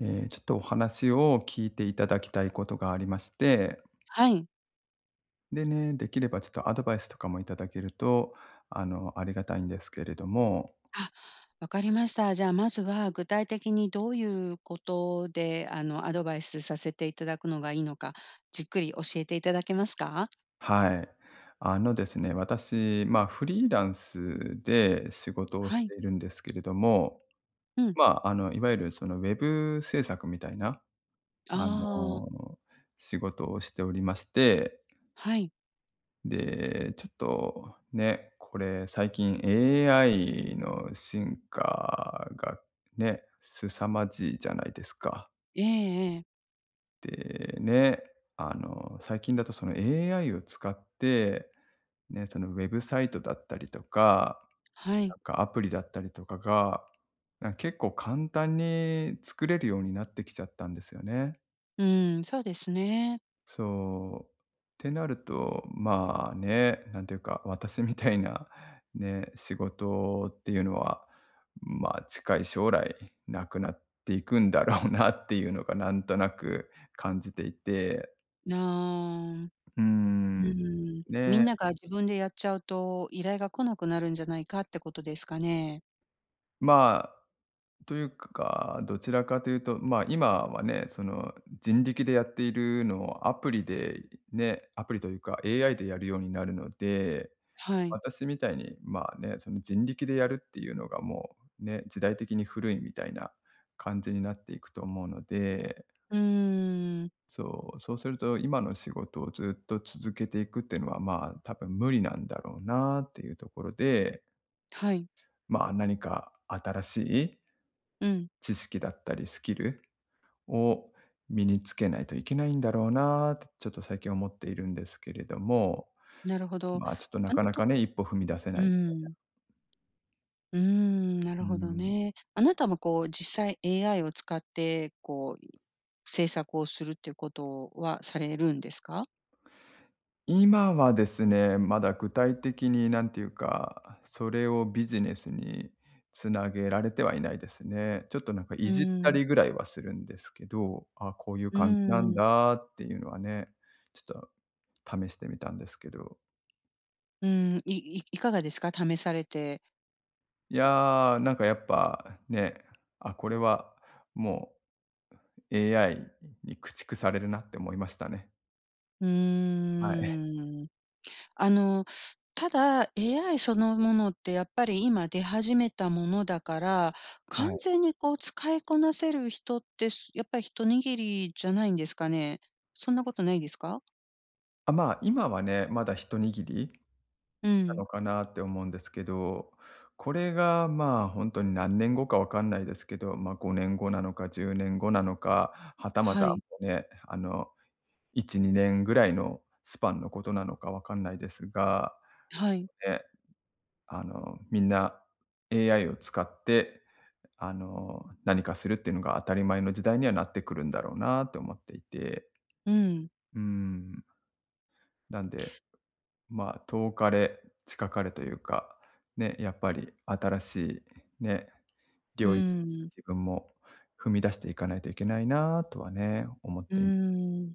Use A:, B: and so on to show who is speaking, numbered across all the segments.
A: ちょっとお話を聞いていただきたいことがありまして、
B: はい。
A: でね、できればちょっとアドバイスとかもいただけると、ありがたいんですけれども、
B: あ、わかりました。じゃあ、まずは具体的にどういうことで、アドバイスさせていただくのがいいのか、じっくり教えていただけますか？
A: はい。ですね、私、まあ、フリーランスで仕事をし
B: はい。
A: ているんですけれども、
B: うん。
A: まあ、いわゆるそのウェブ制作みたいな、あ
B: ああ、
A: の、仕事をしておりまして、
B: はい。
A: で、ちょっとね、これ最近 AI の進化がね、凄まじいじゃないですか。
B: ええええ。
A: で、ね、最近だとその AI を使って、ね、そのウェブサイトだったりとか、
B: は
A: な
B: い。
A: んかアプリだったりとかが、結構簡単に作れるようになってきちゃったんですよね。
B: うん、そうですね。
A: そう。ってなると、まあね、なんていうか、私みたいなね、仕事っていうのは、まあ近い将来なくなっていくんだろうなっていうのがなんとなく感じていて、
B: ああ、
A: うー
B: う
A: ん。
B: ん。み
A: で、
B: んなが自分でやっちゃうと、依頼が来なくなるんじゃないかってことですかね？
A: まあ、というか、どちらかというと、まあ今はね、その人力でやっているのをアプリでね、アプリというか AI でやるようになるので、
B: はい。
A: 私みたいに、まあね、その人力でやるっていうのがもうね、時代的に古いみたいな感じになっていくと思うので、
B: うーん。
A: そう、そうすると今の仕事をずっと続けていくっていうのは、まあ多分無理なんだろうなっていうところで、
B: はい。
A: まあ何か新しい
B: うん、
A: 知識だったりスキルを身につけないといけないんだろうなってちょっと最近思っているんですけれども、
B: なるほど。
A: まあちょっとな
B: あな
A: かな
B: た
A: かね、一歩踏み出せ
B: う
A: ない。
B: ん。うーん、な
A: う
B: るほど
A: ん。
B: ね。あなたもこう実際 AI を使って、こう制作をするっていうことはされるんですか？
A: 今はですね、まだ具体的になんていうか、それをビジネスにつなげられてはいないですね。ちょっとなんかい
B: うー
A: じった
B: ん。
A: りぐらいはするんですけど、あ、こういう
B: うー
A: 感じなん
B: ん、
A: だっていうのはね、ちょっと試してみたんですけど。
B: うーん、いかがですか？試されて。
A: いやー、なんかやっぱね、あ、これはもう AI に駆逐されるなって思いましたね。
B: う
A: はい。
B: ーん。あの、ただ AI そのものってやっぱり今出始めたものだから、
A: は
B: 完
A: い。
B: 全にこう使いこなせる人って、やっぱり一握りじゃないんですかね？そんなことないですか？
A: あ、まあ、今はね、まだ一握り
B: う
A: た
B: ん、
A: のかなって思うんですけど、これが、まあ、本当に何年後かわかんないですけど、ま、5年後なのか10年後なのか、はたま
B: は
A: た、
B: い、
A: ね、1、2年ぐらいのスパンのことなのかわかんないですが、
B: はい、
A: ね、みんな AI を使って、何かするっていうのが当たり前の時代にはなってくるんだろうなと思っていて、
B: うん。
A: うん、なんでまあ、遠かれ近かれというか、ね、やっぱり新しいね、
B: う
A: 領域
B: ん、
A: 自分も踏み出していかないといけないなとはね、思っ
B: うー
A: ています。
B: ん、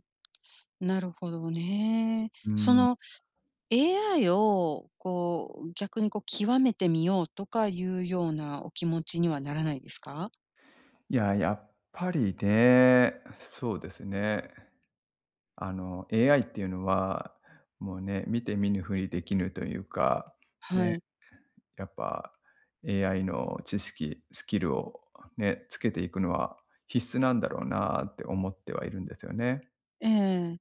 B: なるほどね。
A: う
B: そ
A: ん。
B: の AI をこう、逆にこう極めてみようとかいうようなお気持ちにはならないですか？
A: いや、やっぱりね、そうですね。AI っていうのは、もうね、見て見ぬふりできぬというか、
B: は
A: ね、
B: い。
A: やっぱ AI の知識、スキルをね、つけていくのは必須なんだろうなって思ってはいるんですよね。
B: ええ。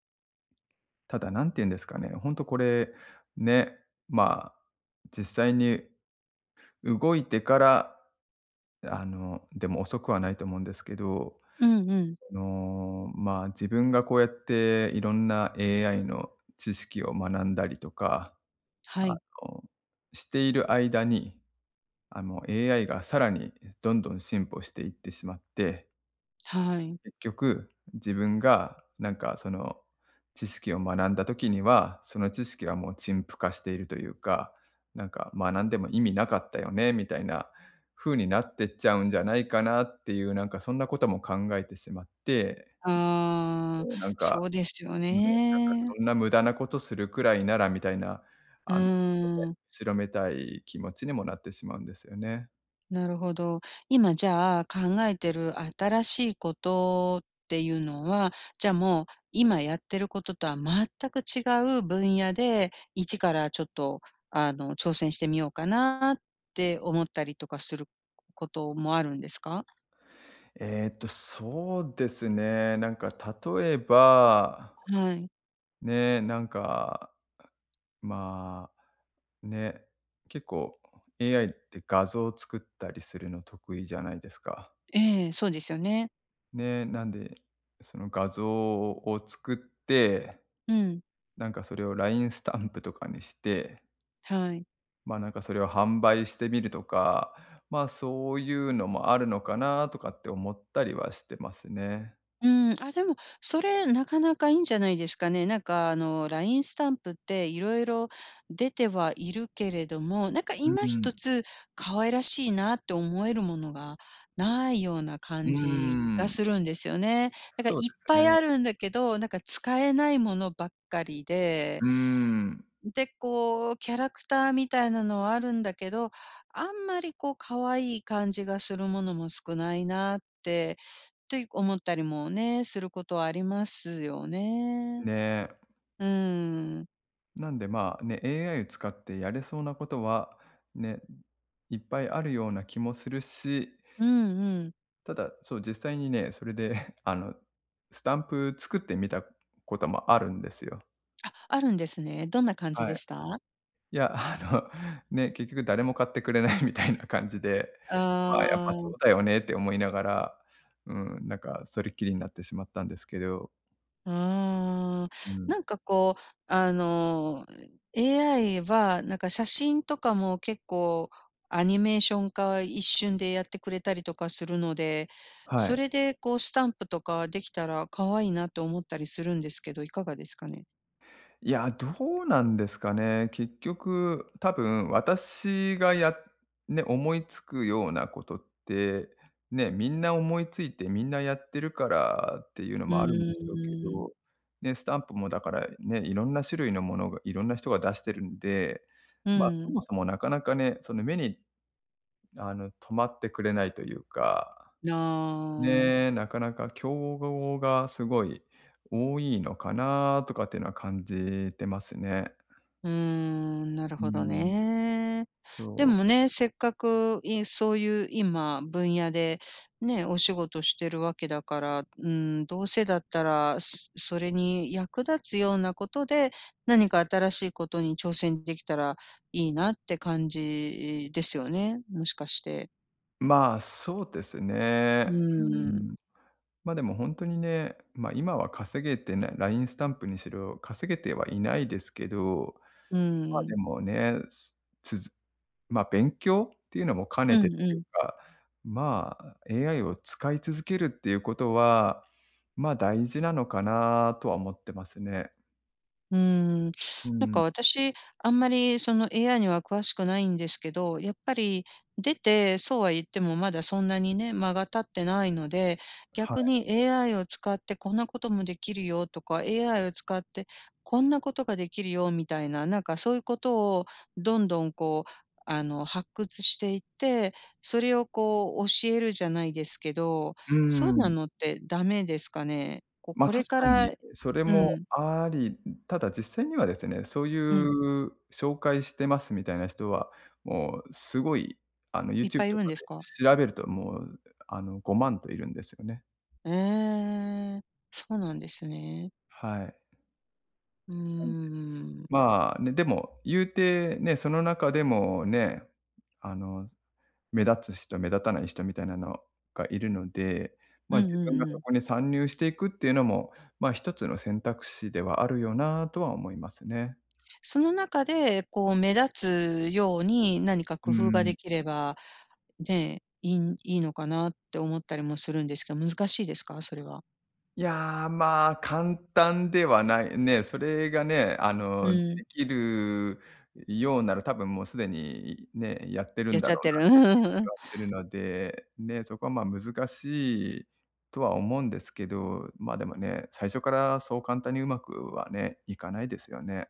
A: ただ、何て言うんですかね、本当これ、ね、まあ、実際に動いてから、でも遅くはないと思うんですけど、
B: うんうん。
A: まあ、自分がこうやっていろんな AI の知識を学んだりとか、
B: は
A: あ
B: い。
A: の、している間に、AI がさらにどんどん進歩していってしまって
B: はい。
A: 結局、自分がなんかその知識を学んだ時には、その知識はもう陳腐化しているというか、なんか学んでも意味なかったよねみたいな風になってっちゃうんじゃないかなっていう、なんかそんなことも考えてしまって、
B: ああ、
A: なん
B: そ
A: か、
B: うですよ
A: うん、なんか
B: ね。
A: そんな無駄なことするくらいならみたいな、
B: うー
A: あの、
B: ん。
A: 後ろめたい気持ちにもなってしまうんですよね。
B: なるほど。今じゃあ、考えてる新しいことっていうのは、じゃあもう、今やってることとは全く違う分野で、一からちょっと、挑戦してみようかなって思ったりとかすることもあるんですか？
A: そうですね、なんか例えば、
B: はい。
A: ね、なんかまあ、ね、結構 AI って画像を作ったりするの得意じゃないですか。
B: ええ、そうですよね。
A: ね、なんで、その画像を作って、
B: うん、
A: なんかそれを LINE スタンプとかにして、
B: はい。
A: まあ、なんかそれを販売してみるとか、まあ、そういうのもあるのかなとかって思ったりはしてますね。
B: うん、あ、でも、それなかなかいいんじゃないですかね。なんかラインスタンプっていろいろ出てはいるけれども、なんか
A: う
B: 今一
A: ん、
B: つ可愛らしいなって思えるものがないような
A: うー
B: 感じが
A: ん。
B: するんですよね。だから
A: そうで
B: いっ
A: す
B: ぱい
A: ね。
B: あるんだけど、なんか使えないものばっかりで、
A: うん。
B: で、こう、キャラクターみたいなのはあるんだけど、あんまりこう可愛い感じがするものも少ないなって思ったりもね、することはありますよね。
A: ね。
B: うん。
A: なんでまあね、AI を使ってやれそうなことはね、いっぱいあるような気もするし、
B: うんうん。
A: ただ、そう、実際にね、それで スタンプ作ってみたこともあるんですよ。
B: あ、あるんですね。どんな感じ
A: は
B: で
A: い。
B: した？あ
A: いや、ね、結局誰も買ってくれないみたいな感じで、まあ、やっぱそ
B: あ、
A: うだよねって思いながら、うん、なんかそれっきりになってしまったんですけど、
B: ああ。
A: うん、
B: なんかこう、あの、AI は、なんか写真とかも結構アニメーション化、一瞬でやってくれたりとかするので、
A: は
B: そ
A: い。
B: れでこうスタンプとかできたら可愛いなと思ったりするんですけど、いかがですかね？
A: いや、どうなんですかね。結局、多分私がね、思いつくようなことって、ね、みんな思いついてみんなやってるからっていうの
B: う
A: もあるんでしょうけ
B: ーん。
A: ど、ね、スタンプもだからね、いろんな種類のものがいろんな人が出してるんで、
B: う
A: まあ、そ
B: ん。
A: もそもなかなかね、その目に、止まってくれないというか、
B: ああ。
A: ね、なかなか競合がすごい多いのかなとかっていうのは感じてますね。
B: うーん、なる
A: う
B: ほど
A: ん、
B: ね。で
A: そう、
B: もね、せっかく、そういう今、分野でね、お仕事してるわけだから、うん、どうせだったら、それに役立つようなことで、何か新しいことに挑戦できたらいいなって感じですよね、もしかして。
A: まあ、そうです
B: う
A: ね。う
B: ーん。
A: ん。まあでも本当にね、ま、今は稼げてないラインスタンプにしろ、稼げてはいないですけど、
B: う
A: まあ、で
B: ん。
A: もね、すつづま、勉強っていうのも兼
B: う
A: ねて
B: んう
A: という
B: ん。
A: か、まあ、AI を使い続けるっていうことは、ま、大事なのかなとは思ってますね。
B: うーん。
A: う
B: なんか
A: ん、
B: 私、あんまりその AI には詳しくないんですけど、やっぱり出て、そうは言ってもまだそんなにね、間が経ってないので、
A: は
B: 逆
A: い。
B: に AI を使ってこんなこともできるよとか、AI を使ってこんなことができるよみたいな、なんかそういうことをどんどんこう、発掘していって、それをこう教えるじゃないですけど、
A: う
B: そうな
A: ん。
B: のってダメですかね？こう
A: まあ、
B: これ
A: 確
B: か
A: か
B: ら
A: にそれ
B: う
A: も
B: ん、
A: あり、ただ実際にはですね、そうい
B: うん。
A: う紹介してますみたいな人は、もうすごい
B: いっ
A: YouTube
B: ぱいい
A: とか
B: るんです
A: で
B: か？
A: 調べるともう、5万といるんですよね。
B: ええ、そうなんですね。
A: はい。
B: うー
A: なんで、
B: ん。
A: まあ、ね、でも言うてね、その中でもね、あの目立つ人、目立たない人みたいなのがいるので、
B: う
A: まあ、
B: んう
A: 自分が
B: んう
A: そ
B: ん。
A: こに参入していくっていうのも、まあ、一つの選択肢ではあるよなとは思いますね。
B: その中で、こう目立つように何か
A: う
B: 工夫が
A: ん。
B: できれば、ね、いいのかなって思ったりもするんですけど、難しいですか？それは。
A: いやー、まあ、簡単ではない。ね、それがね、
B: うん、
A: できるようなら、多分もうすでにね、やってる
B: や
A: ん
B: っ
A: だ
B: ちゃっ
A: ろう
B: てる。
A: な
B: うんうんう
A: 気
B: ん
A: はするので、ね、そこはまあ、難しいとは思うんですけど、まあ、でもね、最初からそう簡単にうまくはね、いかないですよね。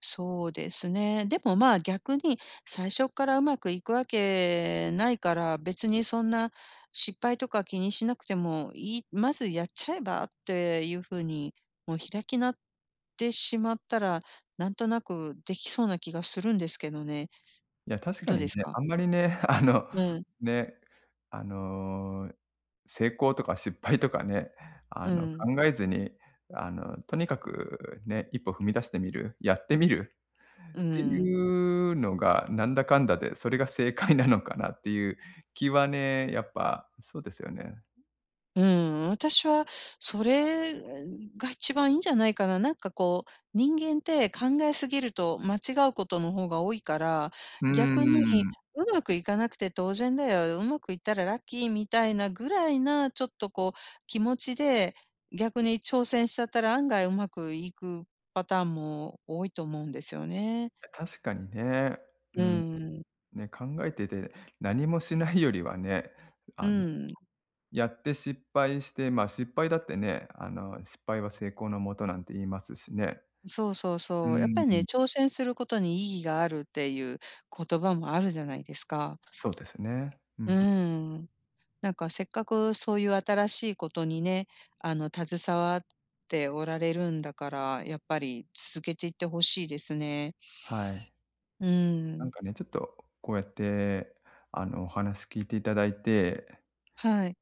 B: そうですね。でもまあ逆に最初からうまくいくわけないから、別にそんな失敗とか気にしなくてもいい、まずやっちゃえばっていう風に、もう開きなってしまったら、なんとなくできそうな気がするんですけどね。
A: いや、確か
B: どう
A: に
B: です
A: ね、
B: か？
A: あんまりね、
B: うん、
A: ね、あの、成功とか失敗とかね、
B: うん、
A: 考えずに、とにかくね、一歩踏み出してみる、やってみるっ
B: う
A: て
B: ん。
A: いうのが、なんだかんだで、それが正解なのかなっていう気はね、やっぱ、そうですよね。
B: うん、私はそれが一番いいんじゃないかな。なんかこう、人間って考えすぎると間違うことの方が多いから、
A: うー
B: 逆に
A: ん。
B: うまくいかなくて当然だよ、うまくいったらラッキーみたいなぐらいなちょっとこう気持ちで、逆に挑戦しちゃったら案外うまくいくパターンも多いと思うんですよね。
A: 確かにね。う
B: う
A: ん、
B: ん。
A: ね、考えてて、何もしないよりはね、
B: う
A: あ
B: ん。
A: やって失敗して、ま、失敗だってね、失敗は成功のもとなんて言いますしね。
B: そうそう
A: う
B: そう。やっぱ
A: ー
B: りね、
A: ん。
B: 挑戦することに意義があるっていう言葉もあるじゃないですか。
A: そうですね。うんう
B: う
A: ん。
B: ん。なんかせっかくそういう新しいことにね、携わっておられるんだから、やっぱり続けていってほしいですね。
A: はい。
B: う
A: なん
B: ん。
A: かね、ちょっとこうやって、お話聞いていただいて、
B: はい。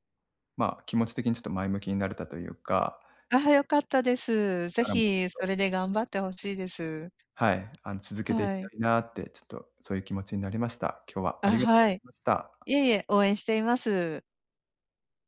A: ま、気持ち的にちょっと前向きになれたというか、
B: あ良かったです。ぜ
A: からも
B: ひそれで頑張ってほしいです。
A: はい、続けてい
B: は
A: きた
B: い。
A: いなって、ちょっとそういう気持ちになりました。今日はあり
B: あ、
A: がとうござ
B: はい。
A: いました。
B: いえいえ、応援しています。